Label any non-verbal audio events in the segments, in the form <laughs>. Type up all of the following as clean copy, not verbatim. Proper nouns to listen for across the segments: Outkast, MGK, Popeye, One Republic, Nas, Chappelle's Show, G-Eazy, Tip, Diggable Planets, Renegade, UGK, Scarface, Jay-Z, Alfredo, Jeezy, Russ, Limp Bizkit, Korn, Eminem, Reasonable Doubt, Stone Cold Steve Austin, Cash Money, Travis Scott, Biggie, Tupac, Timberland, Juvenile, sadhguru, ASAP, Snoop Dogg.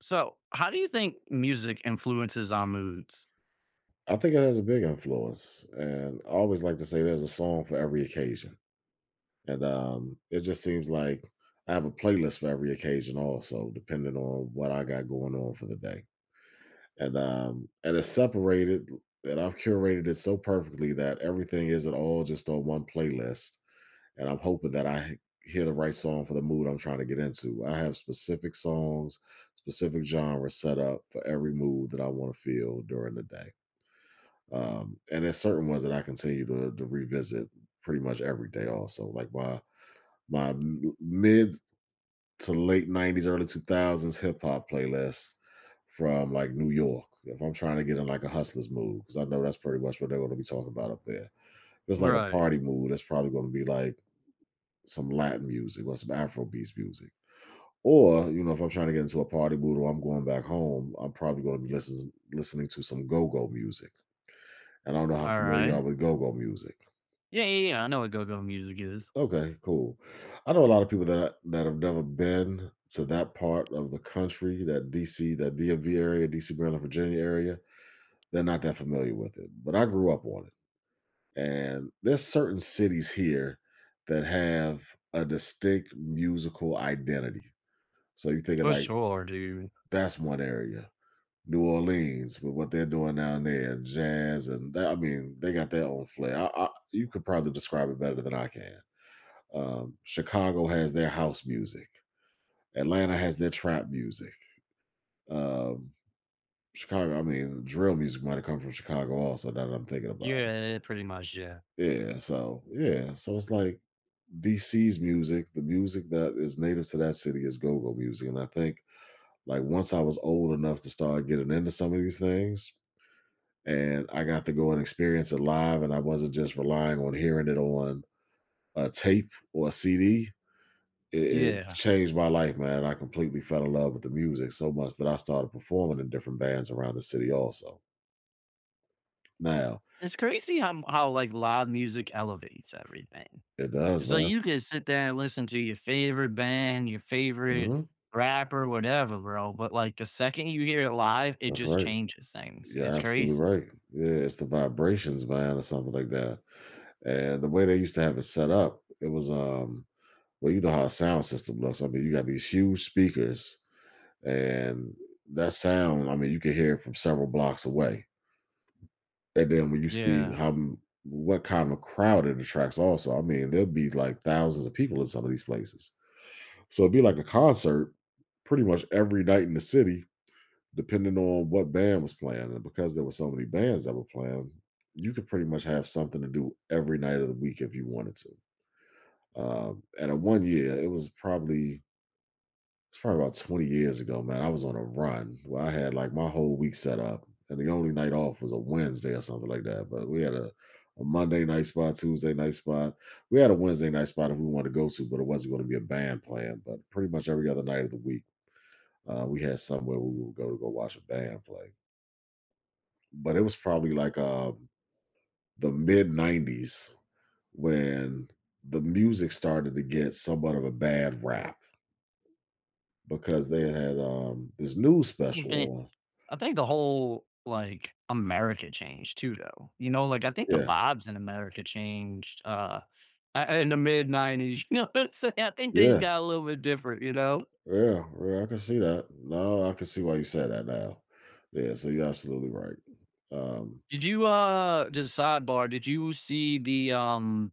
So, how do you think music influences our moods? I think it has a big influence, and I always like to say there's a song for every occasion, and it just seems like I have a playlist for every occasion, also depending on what I got going on for the day, and it's separated, and I've curated it so perfectly that everything isn't all just on one playlist, and I'm hoping that I hear the right song for the mood I'm trying to get into. I have specific songs, specific genres set up for every mood that I want to feel during the day. And there's certain ones that I continue to revisit pretty much every day. Also, like mid to late '90s, early 2000s hip hop playlist from like New York. If I'm trying to get in like a hustler's mood, because I know that's pretty much what they're going to be talking about up there. If it's like a Right. party mood, that's probably going to be like some Latin music or some Afro beats music. Or you know, if I'm trying to get into a party mood or I'm going back home, I'm probably going to be listening to some go go music. And I don't know how familiar you are Alright. with go go music. Yeah, yeah, yeah, I know what go-go music is. Okay, cool. I know a lot of people that have never been to that part of the country, that DC, that DMV area, DC, Maryland, Virginia area. They're not that familiar with it, but I grew up on it. And there's certain cities here that have a distinct musical identity. So you think of For like sure, dude. that's one area, New Orleans, with what they're doing down there, jazz, and that, I mean, they got their own flair. You could probably describe it better than I can. Chicago has their house music. Atlanta has their trap music. Um, Chicago, I mean, drill music might have come from Chicago also. Now that I'm thinking about Yeah, pretty much, yeah. it. Yeah. So yeah, so it's like DC's music. The music that is native to that city is go-go music, and I think like once I was old enough to start getting into some of these things, and I got to go and experience it live, and I wasn't just relying on hearing it on a tape or a CD. It Yeah. changed my life, man. I completely fell in love with the music so much that I started performing in different bands around the city also. Now, It's crazy like, loud music elevates everything. it does, So man. you can sit there and listen to your favorite band, your favorite Mhm. rapper, whatever, bro. But like the second you hear it live, it That's just right. changes things. You're It's absolutely crazy. right. Yeah, it's the vibrations, man, or something like that. And the way they used to have it set up, it was well, you know how a sound system looks. I mean, you got these huge speakers and that sound, I mean, you can hear it from several blocks away. And then when you see Yeah. how m what kind of crowd it attracts also, I mean, there'll be, like, thousands of people in some of these places. So it'd be like a concert pretty much every night in the city, depending on what band was playing, and because there were so many bands that were playing, you could pretty much have something to do every night of the week if you wanted to. One year, it's probably about 20 years ago, man. I was on a run where I had like my whole week set up, and the only night off was a Wednesday or something like that. But we had a Monday night spot, Tuesday night spot. We had a Wednesday night spot if we wanted to go to, but it wasn't going to be a band playing. But pretty much every other night of the week, we had somewhere where we would go to go watch a band play. But it was probably like the mid 90s when the music started to get somewhat of a bad rap because they had this news You think- special. I think the whole like America changed too, though. You know, like I think the Yeah, vibes in America changed in the mid '90s. <laughs> You know what I'm saying? I think things yeah, got a little bit different. You know? yeah, yeah, I can see that. No, I can see why you said that now. Yeah, so you're absolutely right. Um, Did you just sidebar? Did you see the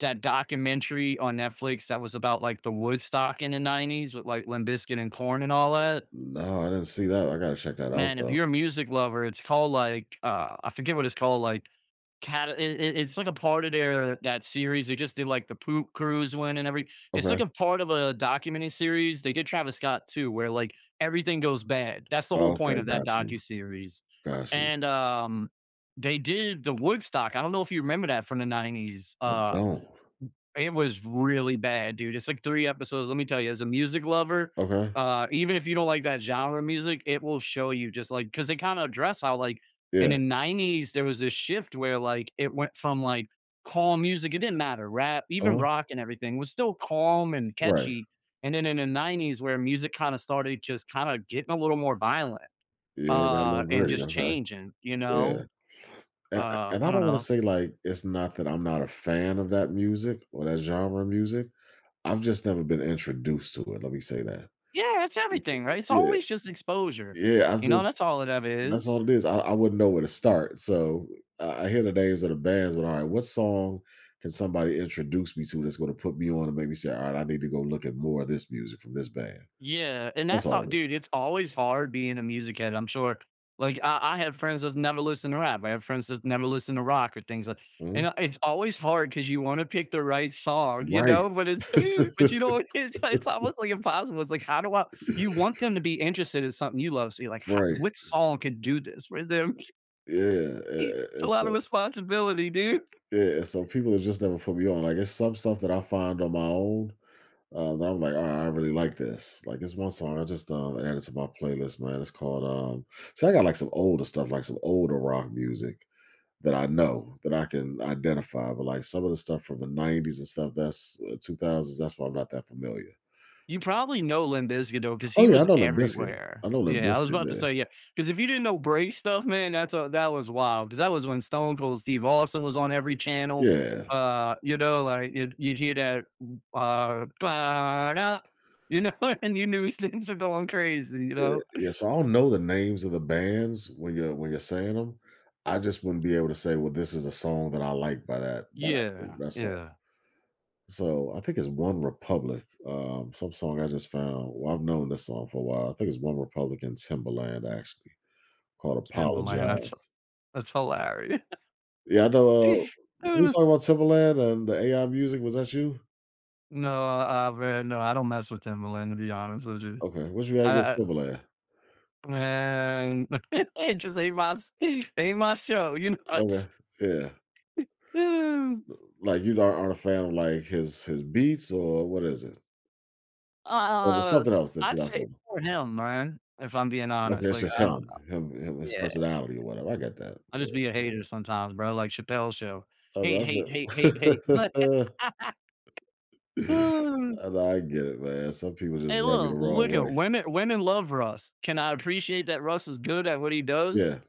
that documentary on Netflix that was about like the Woodstock in the '90s with like Limp Bizkit and Korn and all that. no, I didn't see that. I gotta check that out Man, if though. you're a music lover, it's called like I forget what it's called, like it's like a part of their that series. They just did like the poop cruise one and every it's like Okay. a part of a documentary series. They did Travis Scott too, where like everything goes bad. That's the whole Okay, point of that got you. docu series. Got you. And they did the Woodstock. I don't know if you remember that from the '90s. I don't. It was really bad, dude. It's like 3 episodes. Let me tell you, as a music lover, Okay. Even if you don't like that genre of music, it will show you just like because they kind of address how like in Yeah. the '90s there was this shift where like it went from like calm music, it didn't matter, rap, even uh rock and everything was still calm and Right. catchy. And then in the '90s where music kind of started just kind of getting a little more violent Yeah, it got a little and gritty. just Okay. changing, you Yeah. know? And, and I I don't don't want to know. say like it's not that I'm not a fan of that music or that genre of music. I've just never been introduced to it. Let me say that. Yeah, it's It's, everything, right? It's yeah. always just exposure. Yeah. I've You know, just that's all it ever That's all is. it is. I wouldn't know where to start. So I hear the names of the bands, but all right, what song can somebody introduce me to that's going to put me on and make me say, all right, I need to go look at more of this music from this band. Yeah, and That's that's all, all it is. dude. It's always hard being a music head. I'm sure. Like I have friends that never listen to rap. I have friends that never listen to rock or things like. Mhm. And it's always hard because you want to pick the right song, you Right. know. But <laughs> but you <laughs> know, <laughs> it's almost like impossible. It's like how do I? You want them to be interested in something you love, so you're like, how, Right. what song could do this for them? Yeah. <laughs> It's a lot of responsibility, dude. yeah, and so people have just never put me on. Like it's some stuff that I find on my own. That I'm like, all right, I really like this. Like it's one song I just added to my playlist, man. It's called see, I got like some older stuff, like some older rock music that I know that I can identify, but like some of the stuff from the '90s and stuff that's 2000s, that's why I'm not that familiar. You probably know Limp Bizkit though, because Oh he yeah, I was know Limp Bizkit. I everywhere. know Limp Yeah, I was Bizkit, about to yeah. say, yeah. Because if you didn't know break stuff, man, that was wild. Because that was when Stone Cold Steve Austin was on every channel. Yeah, You know, like, you'd hear that, "Ba-da," you know, <laughs> and you knew <laughs> things were going crazy, you yeah, know? yeah, so I don't know the names of the bands when you're saying them. I just wouldn't be able to say, "Well, this is a song that I like by that group," Yeah, that's all. yeah, So, I think it's One Republic, some song I just found, well, I've known this song for a while. I think it's One Republic and Timberland actually, called Timberland. "Apologize." That's hilarious. Yeah, I know, when we <laughs> talking about Timberland and the AI music, was that you? No, man, no, I don't mess with Timberland to be honest with you. Okay, what you had against I Timberland. And <laughs> it just ain't my s ain't my show, you know, Okay, it's yeah, <sighs> like, you dar aren't a fan of, like, his beats, or what is it? Or is it uh, something else that I'd you're not say feeling? for him, man, if I'm being Okay, honest, it's like, just I don't him know. him him his Yeah, personality or whatever, I get that, I yeah. just be a hater sometimes, bro, like Chappelle's Show. I mean, Hate, hate, hate, hate, hate. I <laughs> feel Mm. <laughs> I know, I get it, man, some people just Hey, rub you the look, wrong look at way. Women love Russ. Can I appreciate that Russ is good at what he does? Yeah.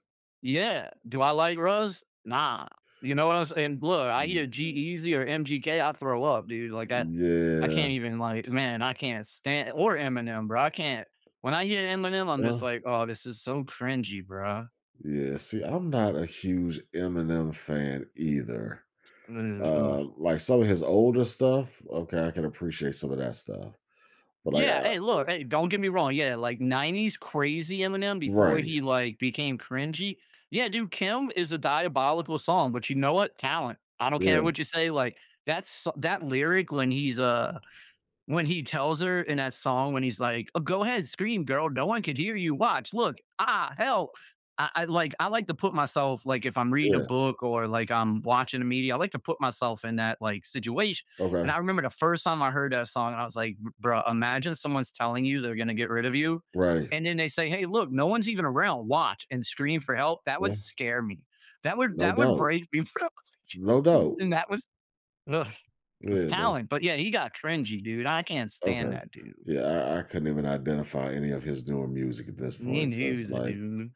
Yeah. Do I like Russ? Nah. You know what I'm saying? Look, I Mm, hear g Easy or MGK, I throw up, dude. I yeah, can't even like, man, I can't stand or Eminem, bro. I can't. When I hear Eminem, I'm just yeah, like, oh, this is so cringy, bro. yeah, see, I'm not a huge Eminem fan either. Ugh, ugh. Like some of his older stuff, okay, I can appreciate some of that stuff, but like, Yeah. I Hey, look. Hey, don't get me wrong. Yeah, like '90s crazy Eminem before right, he like became cringy. Yeah, dude. Kim is a diabolical song, but you know what? Talent. I don't yeah, care what you say. Like that lyric when he tells her in that song, when he's like, "Oh, go ahead, scream, girl. No one could hear you. Watch, look, ah, hell." I like to put myself like if I'm reading a yeah, book or like I'm watching a media, I like to put myself in that like situation. And okay, I remember the first time I heard that song, and I was like, "Bruh, imagine someone's telling you they're gonna get rid of you, right, and then they say, 'Hey, look, no one's even around. Watch and scream for help." That would yeah, scare me. No That would doubt, break me. <laughs> no doubt, And that was ugh. It's yeah, no, talent, but yeah, he got cringy, dude. I can't stand okay, that dude. yeah, I couldn't even identify any of his newer music at this He point since knew The like dude.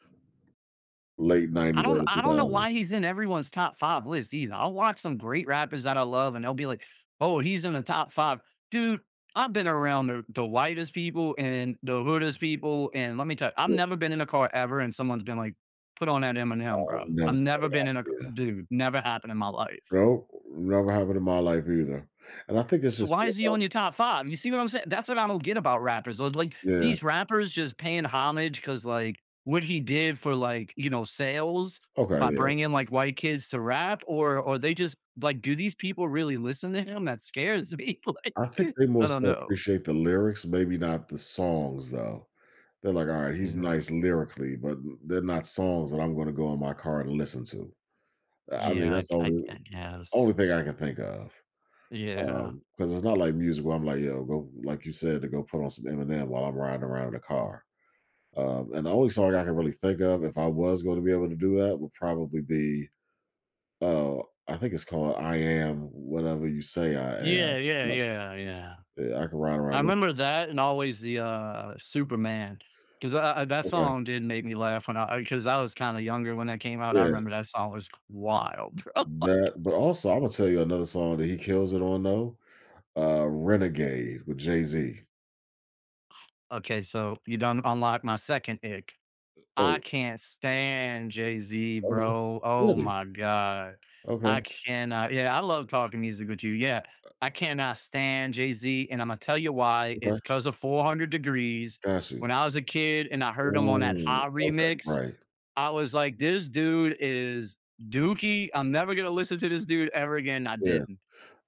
late '90s, early I don't know 2000s. why he's in everyone's top five list either. I'll watch some great rappers that I love and they'll be like, oh, he's in the top five. Dude, I've been around the whitest people and the hoodest people. And let me tell you, I've Yeah, never been in a car ever and someone's been like, put on that Eminem, I've bro. never, I've never never been got in a yeah, dude, never happened in my life. nope, never happened in my life either, and I think it's So just why more is he about on your top 5? You see what I'm saying? That's what I don't get about rappers. Yeah, These rappers just paying homage because, like, what he did for, like, you know, sales okay, by yeah, bringing, like, white kids to rap or they just like, do these people really listen to him? That scares me, <laughs> like, I think they more I don't so know. appreciate the lyrics, maybe not the songs though. They're like, all right, he's Yeah. nice lyrically, but they're not songs that I'm going to go in my car and listen to. I mean, Yeah, that's the I only I I only guess. thing I can think of, Yeah. because it's not like music where I'm like, yo, go like you said to go put on some Eminem while I'm riding around in the car. And the only song I can really think of, if I was going to be able to do that, would probably be, uh, I think it's called "I Am Whatever You Say I Am." Yeah, yeah, Yep. yeah, yeah. Yeah, I can ride I around this. remember that and always the, Superman, 'cause, that Okay, song did make me laugh when I, because I was kinda younger when that came out. I yeah, remember that song was wild, bro. <laughs> that. But also, I'm gonna tell you another song that he kills it on though. Renegade with Jay-Z. Okay, so you done unlock my second ick. I Oh, can't stand Jay-Z, okay. bro. Oh Really? my god. Okay, I cannot yeah, I love talking music with you, yeah. I cannot stand Jay-Z, and Imma tell you why. okay, It's because of 400 Degrees. got you. When I was a kid and I heard him on that Ooh, Hot okay, remix, right. I was like, this dude is dookie. I'm never gonna listen to this dude ever again. I Yeah, didn't.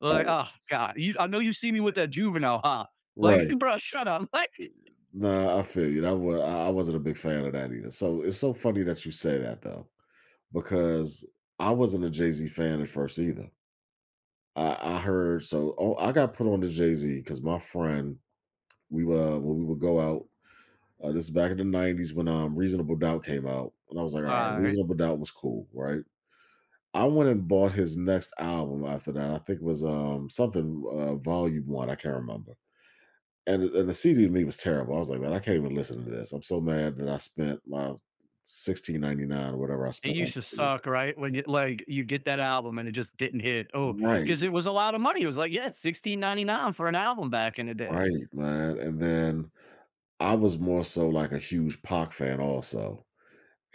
Like, alright, oh god, you, I know you see me with that juvenile, huh? right. Like, Right. <laughs> bro, shut up. Like, Nah, I feel you. I wasn't a big fan of that either. So, it's so funny that you say that though, because I wasn't a Jay-Z fan at first either. I heard so oh, I got put on to Jay-Z Z because my friend, when we would go out, this is back in the 90s when, Reasonable Doubt came out, and I was like, "Alright, all right. Reasonable Doubt was cool," right? I went and bought his next album after that. I think it was something volume one. I can't remember. And the CD to me was terrible. I was like, man, I can't even listen to this. I'm so mad that I spent my 16.99 or whatever I It spent on used the to CD. suck, right? When you like you get that album and it just didn't hit. Oh, Right, because it was a lot of money. It was like, yeah, 16.99 for an album back in the day. right, man. And then I was more so like a huge Pac fan also.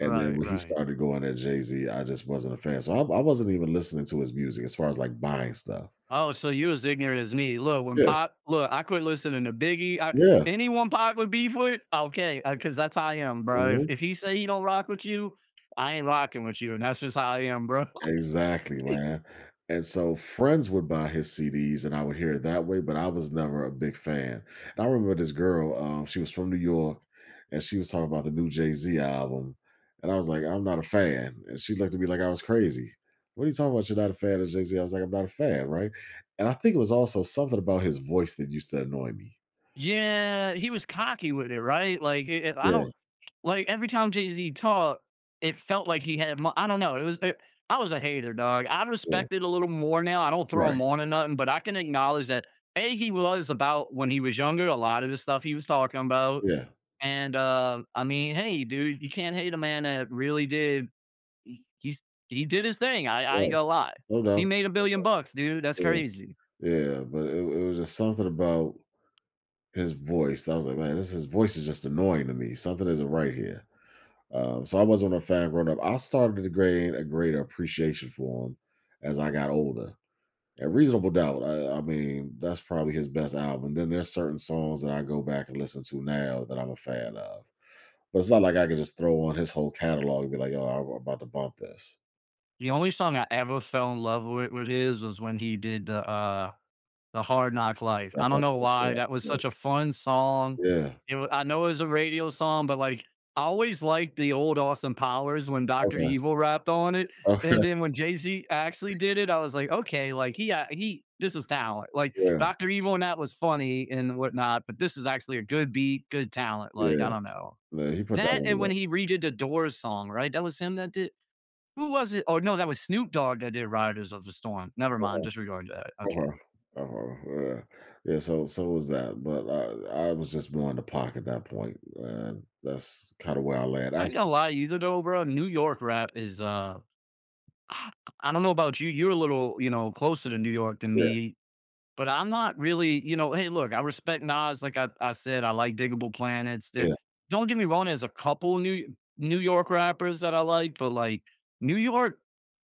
And then when he right. started going at Jay Z, I just wasn't a fan. So I wasn't even listening to his music as far as like buying stuff. Oh, so you as ignorant as me. Look, when Yeah, Pac look, I quit listening to Biggie. Yeah. Anyone Pac would beef with, okay, because that's how I am, bro. Mhm. If he say he don't rock with you, I ain't rocking with you, and that's just how I am, bro. Exactly, <laughs> man. And so friends would buy his CDs and I would hear it that way, but I was never a big fan. And I remember this girl, she was from New York and she was talking about the new Jay-Z album. And I was like, I'm not a fan. And she looked at me like I was crazy. What are you talking about? You're not a fan of Jay-Z. I was like, I'm not a fan, right? And I think it was also something about his voice that used to annoy me. Yeah, he was cocky with it, right? Like, it I Yeah, don't like, every time Jay-Z talked, it felt like he had mo I don't know, it was it I was a hater, dog. I yeah, respect it a little more now, I don't throw right, him on or nothing, but I can acknowledge that, A, he was about when he was younger, a lot of the stuff he was talking about, yeah, and, I mean, hey, dude, you can't hate a man that really did he he's he did his thing, I ain't right. gonna lie. No He doubt. made $1 billion, dude, that's Yeah, crazy. yeah. But it was just something about his voice. I was like, man, this his voice is just annoying to me. Something isn't right here. So I wasn't a fan growing up. I started to gain a greater appreciation for him as I got older. And Reasonable Doubt, I mean, that's probably his best album. Then there's certain songs that I go back and listen to now that I'm a fan of. But it's not like I can just throw on his whole catalog and be like, yo, I'm about to bump this. The only song I ever fell in love with his was when he did the Hard Knock Life. I I don't know why, thought- that was Yeah. such a fun song. Yeah. It wa I know it was a radio song, but, like, I always liked the old Austin Powers when Doctor Okay. Evil rapped on it, Okay. and <laughs> then when Jay-Z actually did it, I was like, "Okay, like, he this is talent." Like, Yeah. Doctor Evil and that was funny and whatnot, but this is actually a good beat, good talent, like, I Yeah. don't know. Yeah. He put that That one and together. when he redid the Doors song, right? That was him that did who was it? Oh no, that was Snoop Dogg that did "Riders of the Storm." Never mind, disregard that. Okay, Uh-huh. Uh-huh. Yeah. Yeah, so so was that. But I was just more in the park at that point, and that's kinda where I land. I ain't Actually, gonna lie either though, bro. New York rap is <sighs> I don't know about you. You're a little, you know, closer to New York than yeah, me, but I'm not really, you know. Hey, look, I respect Nas. I said, I like Diggable Planets. That yeah. don't get me wrong. There's a couple New York rappers that I like, but like New York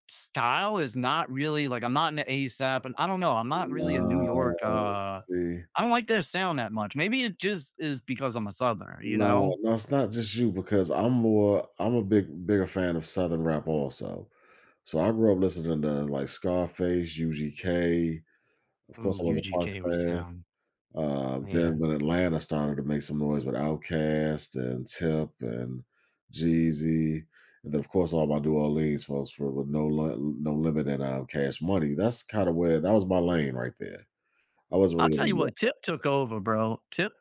style is not really like I'm not an ASAP, and I don't know. I'm not really a New York No, see, I don't like their sound that much. Maybe it just is because I'm a Southerner, you no, know? no, it's not just you because I'm a bigger fan of Southern rap also. So I grew up listening to like Scarface, UGK. Of course, Ooh, I was a Pac UGK was fan. sound. Then Yeah. when Atlanta started to make some noise with Outkast and Tip and Jeezy, and then of course all my New Orleans folks for with no limit and Cash Money. That's kind of where that was my lane right there. I wasn't I'll really, tell you in what, the- Tip took over, bro.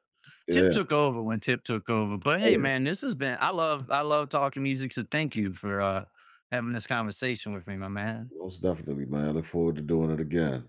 Tip yeah, took over when Tip took over. But oh hey, yeah, man, this has been I love talking music, so thank you for having this conversation with me, my man. most definitely, man. I look forward to doing it again.